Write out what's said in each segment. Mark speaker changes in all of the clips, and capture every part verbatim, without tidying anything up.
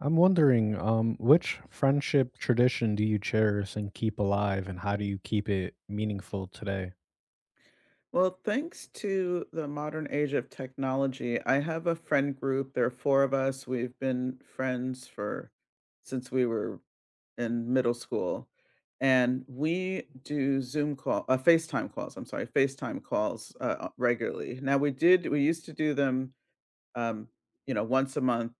Speaker 1: I'm wondering, um, which friendship tradition do you cherish and keep alive, and how do you keep it meaningful today?
Speaker 2: Well, thanks to the modern age of technology, I have a friend group. There are four of us. We've been friends for since we were in middle school. And we do Zoom call, uh, FaceTime calls. I'm sorry, FaceTime calls uh, uh, regularly. Now we did, we used to do them, um, you know, once a month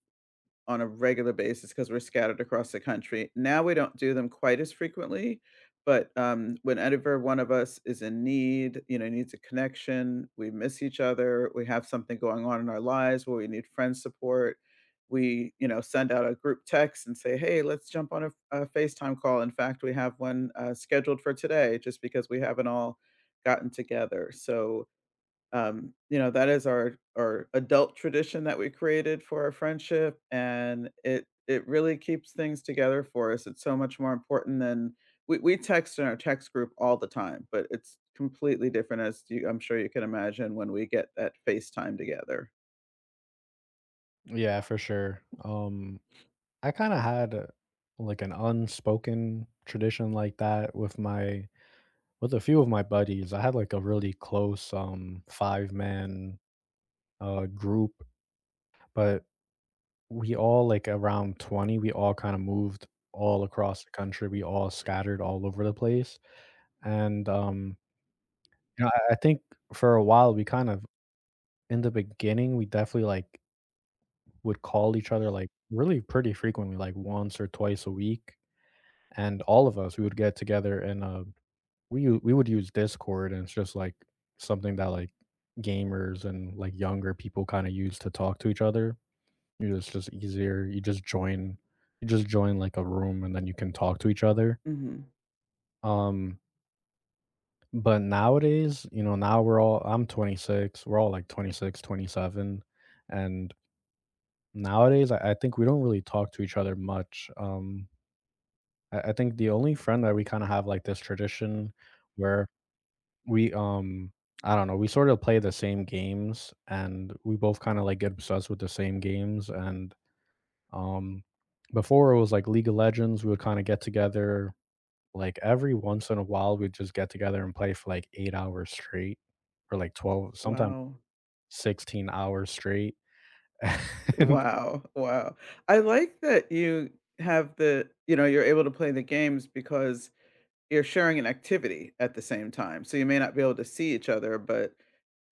Speaker 2: on a regular basis, because 'cause we're scattered across the country. Now we don't do them quite as frequently, but, um, whenever one of us is in need, you know, needs a connection, we miss each other, we have something going on in our lives where we need friend support, we, you know, send out a group text and say, "Hey, let's jump on a a FaceTime call." In fact, we have one, uh, scheduled for today just because we haven't all gotten together. So, um, you know, that is our our adult tradition that we created for our friendship, and it it really keeps things together for us. It's so much more important than we we text in our text group all the time, but it's completely different as you I'm sure you can imagine when we get that FaceTime together.
Speaker 1: Yeah, for sure. Um, I kind of had uh, like an unspoken tradition like that with my with a few of my buddies. I had like a really close um five man uh group, but we all like around twenty, we all kind of moved all across the country. We all scattered all over the place. And um you know, I I think for a while, we kind of in the beginning, we definitely, like, would call each other, like, really pretty frequently, like, once or twice a week, and all of us, we would get together and, uh, we u we would use Discord, and it's just, like, something that, like, gamers and, like, younger people kinda use to talk to each other. You know, it's just easier. You just join you just join, like, a room, and then you can talk to each other.
Speaker 2: Mhm.
Speaker 1: Um But nowadays, you know, now we're all I'm twenty-six, we're all like twenty-six, twenty-seven, and nowadays I, I think we don't really talk to each other much. Um, I, I think the only friend that we kind of have like this tradition where we um I don't know, we sort of play the same games and we both kind of like get obsessed with the same games and um before it was like League of Legends, we would kind of get together like, every once in a while, we'd just get together and play for, like, eight hours straight or, like, twelve, sometimes
Speaker 2: Wow.
Speaker 1: sixteen hours straight, and
Speaker 2: Wow, wow. I like that you have the you know, you're able to play the games because you're sharing an activity at the same time, so you may not be able to see each other, but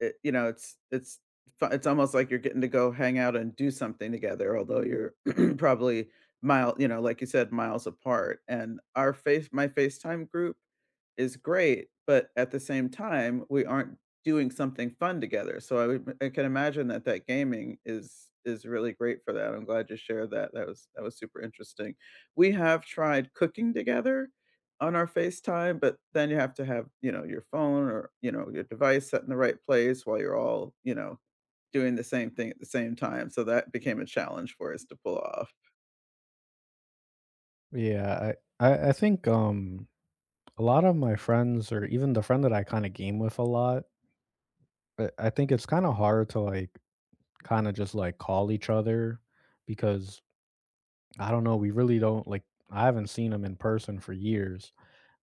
Speaker 2: it you know, it's it's fu it's almost like you're getting to go hang out and do something together, although you're probably mile you know, like you said, miles apart, and our face my FaceTime group is great, but at the same time, we aren't doing something fun together, so I would I can imagine that that gaming is is really great for that, I'm glad you shared that, that was that was super interesting. We have tried cooking together, on our FaceTime, but then you have to have, you know, your phone or, you know, your device set in the right place while you're all, you know, doing the same thing at the same time. So that became a challenge for us to pull off.
Speaker 1: yeah, I I I think, um, a lot of my friends or even the friend that I kinda game with a lot, I I think it's kinda hard to, like, kinda just, like, call each other because, I don't know, we really don't like, I haven't seen seen them in person for years.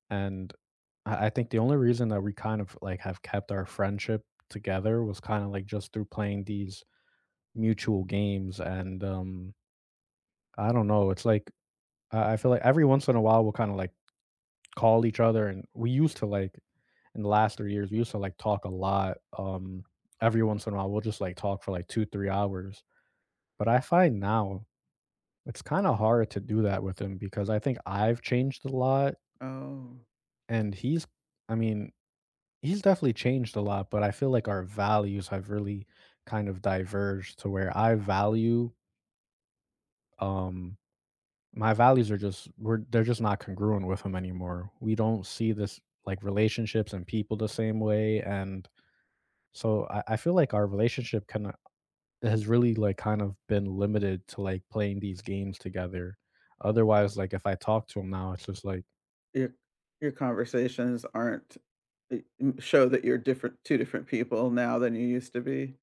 Speaker 1: And I I think the only reason that we kind of, like, have kept our friendship together was kinda, like, just through playing these mutual games and, um, I don't know, it's like, I I feel like every once in a while, we'll kinda, like, call each other, and we used to, like in the last three years, we used to, like, talk a lot, um, every once in a while, we'll just, like, talk for, like, two, three hours, but I find now it's kinda hard to do that with him because I think I've changed a lot,
Speaker 2: Oh,
Speaker 1: and he's I mean, he's definitely changed a lot, but I feel like our values have really kind of diverged to where I value um my values are just we're they're just not congruent with him anymore. We don't see this like relationships and people the same way. And so I, I feel like our relationship kind of has really like kind of been limited to like playing these games together. Otherwise, like if I talk to him now, it's just like
Speaker 2: your your conversations aren't I- m- show that you're different, two different people now than you used to be.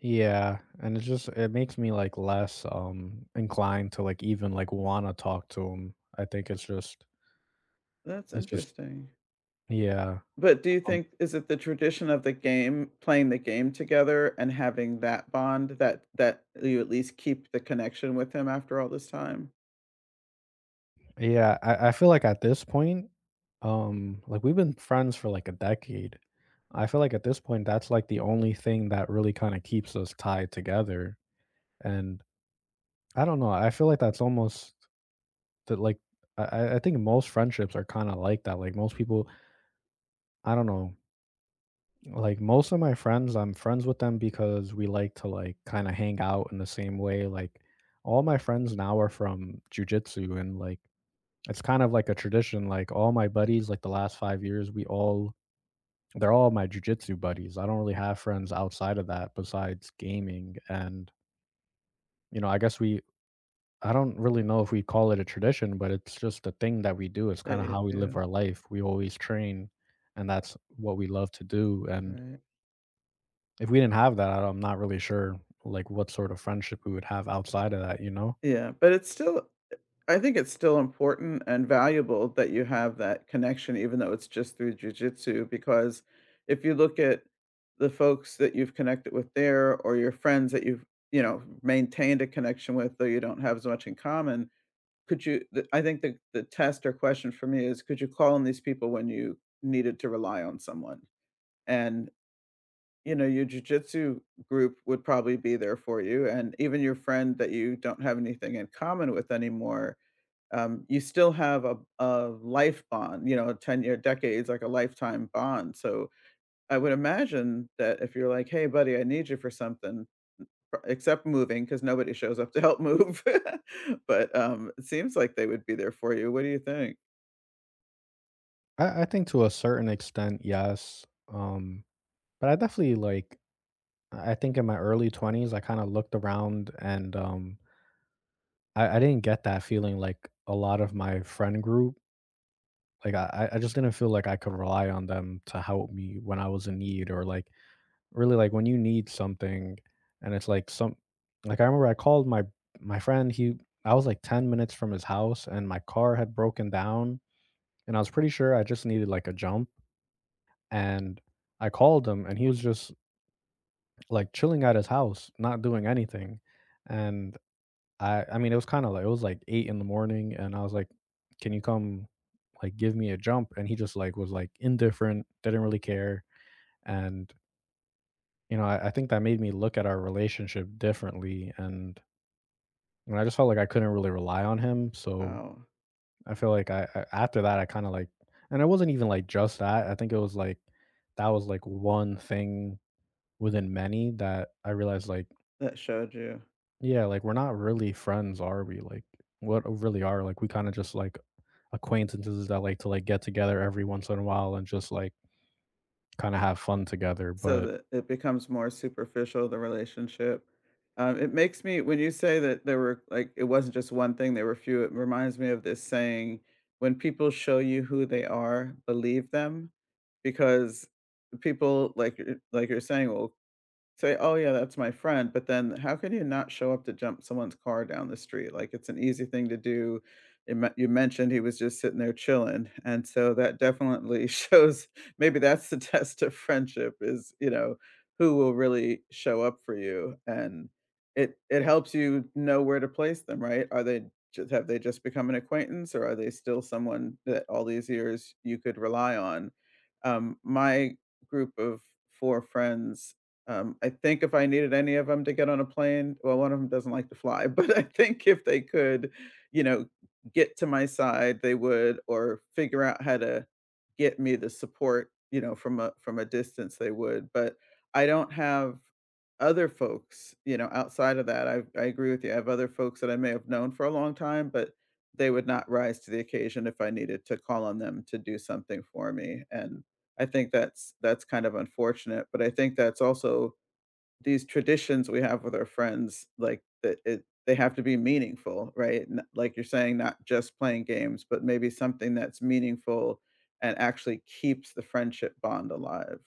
Speaker 1: yeah, and it just it makes me, like, less, um, inclined to, like, even, like, wanna talk to him. I think it's just
Speaker 2: That's
Speaker 1: it's just
Speaker 2: interesting.
Speaker 1: yeah,
Speaker 2: But do you
Speaker 1: um
Speaker 2: think is it the tradition of the game, playing the game together and having that bond that that you at least keep the connection with him after all this time?
Speaker 1: yeah, I I feel like at this point, um, like, we've been friends for, like, a decade. I feel like at this point, that's, like, the only thing that really kinda keeps us tied together, and I don't know, I feel like that's almost that, like I I I think most friendships are kinda like that, like, most people I don't know, like, most of my friends, I'm friends with them because we like to, like, kinda hang out in the same way, like, all my friends now are from jujitsu, and, like, it's kind of like a tradition, like, all my buddies, like, the last five years, we all they're all my jujitsu buddies, I don't really have friends outside of that besides gaming, and, you know, I guess we I don't really know if we call it a tradition, but it's just a thing that we do, it's
Speaker 2: That
Speaker 1: kinda
Speaker 2: you
Speaker 1: how we live
Speaker 2: do,
Speaker 1: our life, we always train, and that's what we love to do, and
Speaker 2: right?
Speaker 1: if we didn't have that, I- I'm not really sure, like, what sort of friendship we would have outside of that, you know?
Speaker 2: Yeah, but it's still I think it's still important and valuable that you have that connection even though it's just through jujitsu because if you look at the folks that you've connected with there or your friends that you've, you know, maintained a connection with, though you don't have as much in common, could you the I think the the test or question for me is could you call on these people when you needed to rely on someone? And you know, your jujitsu group would probably be there for you, and even your friend that you don't have anything in common with anymore, um, you still have a a life bond, you know, ten-year decades, like a lifetime bond, so, I would imagine that if you're like, "Hey, buddy, I need you for something," pr except moving, because nobody shows up to help move, but, um, it seems like they would be there for you, what do you think?
Speaker 1: I I think to a certain extent, yes, um, but I definitely, like I think in my early twenties, I kinda looked around and, um, I I didn't get that feeling like a lot of my friend group, like, I I I just didn't feel like I could rely on them to help me when I was in need or, like, really, like, when you need something and it's, like, some like, I remember I called my my friend, he I was, like, ten minutes from his house, and my car had broken down, and I was pretty sure I just needed, like, a jump, and I called him, and he was just, like, chilling at his house, not doing anything, and I I mean, it was kinda, like it was, like, eight in the morning, and I was like, "Can you come, like, give me a jump?" And he just, like, was, like, indifferent, didn't really care, and you know, I I think that made me look at our relationship differently, and and I just felt like I couldn't really rely on him, so
Speaker 2: Wow,
Speaker 1: I feel like I I after that, I kinda, like and it wasn't even, like, just that, I think it was, like that was, like, one thing within many that I realized, like,
Speaker 2: that showed you.
Speaker 1: yeah, like, we're not really friends, are we? Like, what really are, like, we kinda just, like, acquaintances that like to, like, get together every once in a while and just, like, kinda have fun together,
Speaker 2: So
Speaker 1: but
Speaker 2: that it becomes more superficial, the relationship. Um, it makes me when you say that there were like it wasn't just one thing, there were few, it reminds me of this saying, when people show you who they are, believe them because people like you're- like you're saying will Say, "Oh, yeah, that's my friend," but then how can you not show up to jump someone's car down the street? Like, it's an easy thing to do. You men you mentioned he was just sitting there chilling, and so that definitely shows maybe that's the test of friendship is, you know, who will really show up for you, and it it helps you know where to place them, right? Are they ju have they just become an acquaintance, or are they still someone that all these years you could rely on? Um, my group of four friends, um, I think if I needed any of them to get on a plane well, one of them 'em doesn't like to fly, but I think if they could, you know, get to my side, they would, or figure out how to get me the support, you know, from a from a distance, they would, but I don't have other folks, you know, outside of that. I I agree with you. I have other folks that I may have known for a long time, but they would not rise to the occasion if I needed to call on them to do something for me, and I think that's that's kind of unfortunate, but I think that's also these traditions we have with our friends, like that it they have to be meaningful, right? N- Like you're saying, not just playing games, but maybe something that's meaningful and actually keeps the friendship bond alive.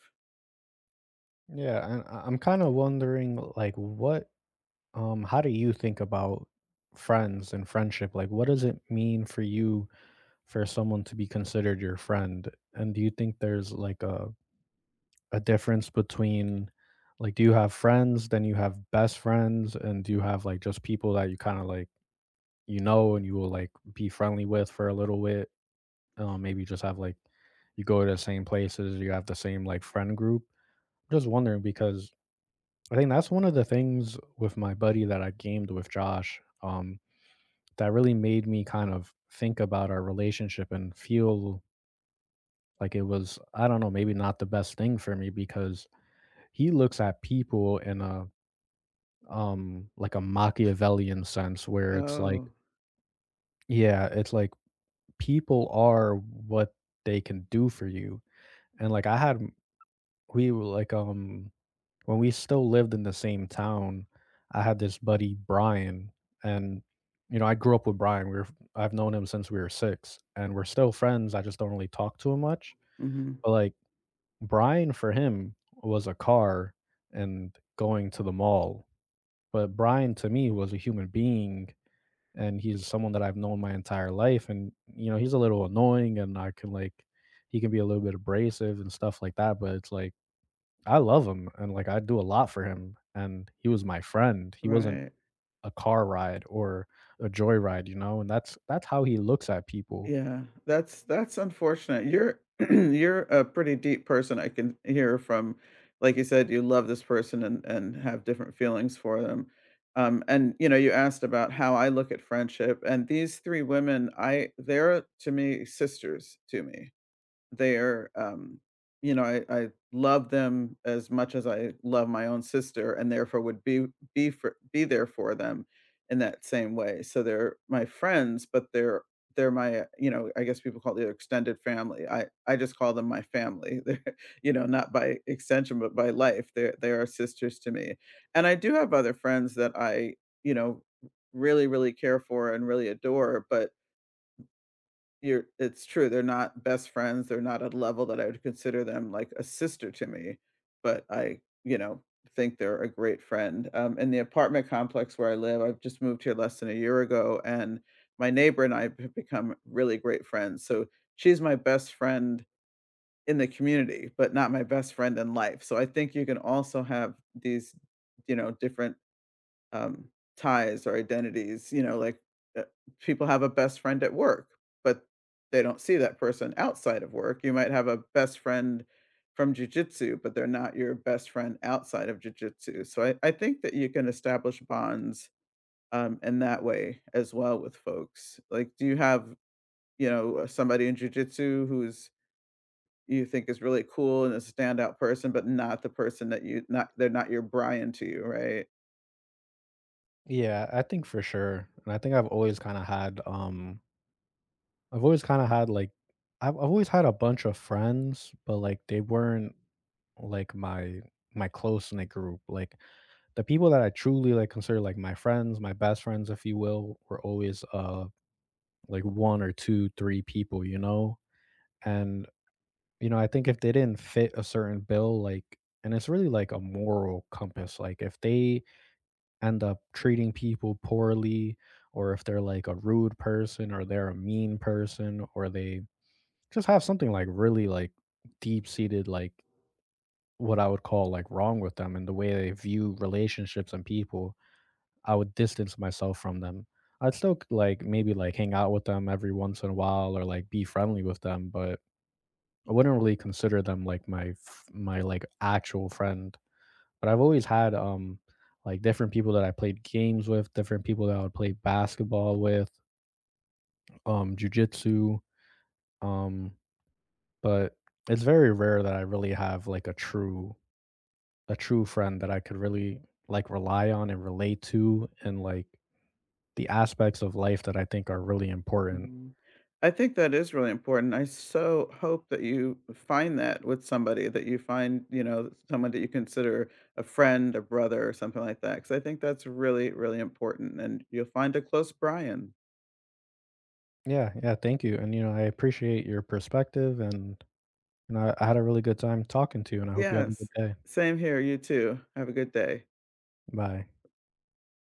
Speaker 1: yeah, and I I'm kinda wondering, like, what um, how do you think about friends and friendship? Like, what does it mean for you for someone to be considered your friend? And do you think there's like a, a difference between, like, do you have friends, then you have best friends, and do you have like just people that you kind of like, you know, and you will like be friendly with for a little bit? Um, maybe just have like, you go to the same places, you have the same like friend group. I'm just wondering because I think that's one of the things with my buddy that I gamed with, Josh. Um, that really made me kind of think about our relationship and feel like it was I don't know, maybe not the best thing for me because he looks at people in a um like a Machiavellian sense where it's like
Speaker 2: Oh,
Speaker 1: yeah, it's like people are what they can do for you. And like I had we were like um when we still lived in the same town, I had this buddy Brian, and you know I grew up with Brian. We were I've known him since we were six, and we're still friends. I just don't really talk to him much.
Speaker 2: hmm,
Speaker 1: But like Brian, for him, was a car and going to the mall. But Brian to me was a human being, and he's someone that I've known my entire life. And you know he's a little annoying, and I can like he can be a little bit abrasive and stuff like that. But it's like I love him and, like, I do a lot for him, and he was my friend. He wasn't
Speaker 2: right.
Speaker 1: a car ride or a joyride, you know, and that's that's how he looks at people.
Speaker 2: Yeah, that's that's unfortunate. You're you're a pretty deep person. I can hear from, like you said, you love this person and and have different feelings for them. Um, and you know, you asked about how I look at friendship, and these three women, I they're to me sisters to me. They're, um, you know, I I love them as much as I love my own sister, and therefore would be be for be there for them in that same way. So they're my friends, but they're they're my, you know, I guess people call it extended family. I I just call them my family. They're, you know, not by extension, but by life. They are they are sisters to me, and I do have other friends that I, you know, really really care for and really adore, but you're it's true, they're not best friends, they're not at a level that I would consider them like a sister to me, but I, you know, think they're a great friend. Um, in the apartment complex where I live, I've just moved here less than a year ago, and my neighbor and I have become really great friends. So she's my best friend in the community, but not my best friend in life. So I think you can also have these, you know, different um, ties or identities, you know, like, uh, people have a best friend at work, but they don't see that person outside of work. You might have a best friend from jujitsu, but they're not your best friend outside of jujitsu. So I I think that you can establish bonds, um, in that way as well with folks. Like, do you have, you know, uh, somebody in jujitsu who's you think is really cool and is a standout person, but not the person that you not they're not your Brian to you, right?
Speaker 1: Yeah, I think for sure, and I think I've always kinda had, um I've always kinda had, like I've I've always had a bunch of friends, but, like, they weren't, like, my my close-knit group. Like, the people that I truly, like, consider, like, my friends, my best friends, if you will, were always, uh, like, one or two, three people, you know? And you know, I think if they didn't fit a certain bill, like and it's really like a moral compass, like if they end up treating people poorly or if they're like a rude person or they're a mean person or they just have something like really like deep-seated like what I would call like wrong with them and the way they view relationships and people, I would distance myself from them. I'd still like maybe like hang out with them every once in a while or like be friendly with them, but I wouldn't really consider them like my f my, like, actual friend, but I've always had, um, like, different people that I played games with, different people that I would play basketball with, um, jujitsu, um, but it's very rare that I really have, like, a true a true friend that I could really, like, rely on and relate to and, like, the aspects of life that I think are really important.
Speaker 2: I think that is really important. I so hope that you find that with somebody that you find, you know, someone that you consider a friend, a brother, or something like that. Cause I think that's really, really important. And you'll find a close Brian.
Speaker 1: Yeah, yeah, thank you, and, you know, I appreciate your perspective, and, you know, I I had a really good time talking to you, and I hope you have a good
Speaker 2: Yes.
Speaker 1: day.
Speaker 2: Same here. You too. Have a good day.
Speaker 1: Bye.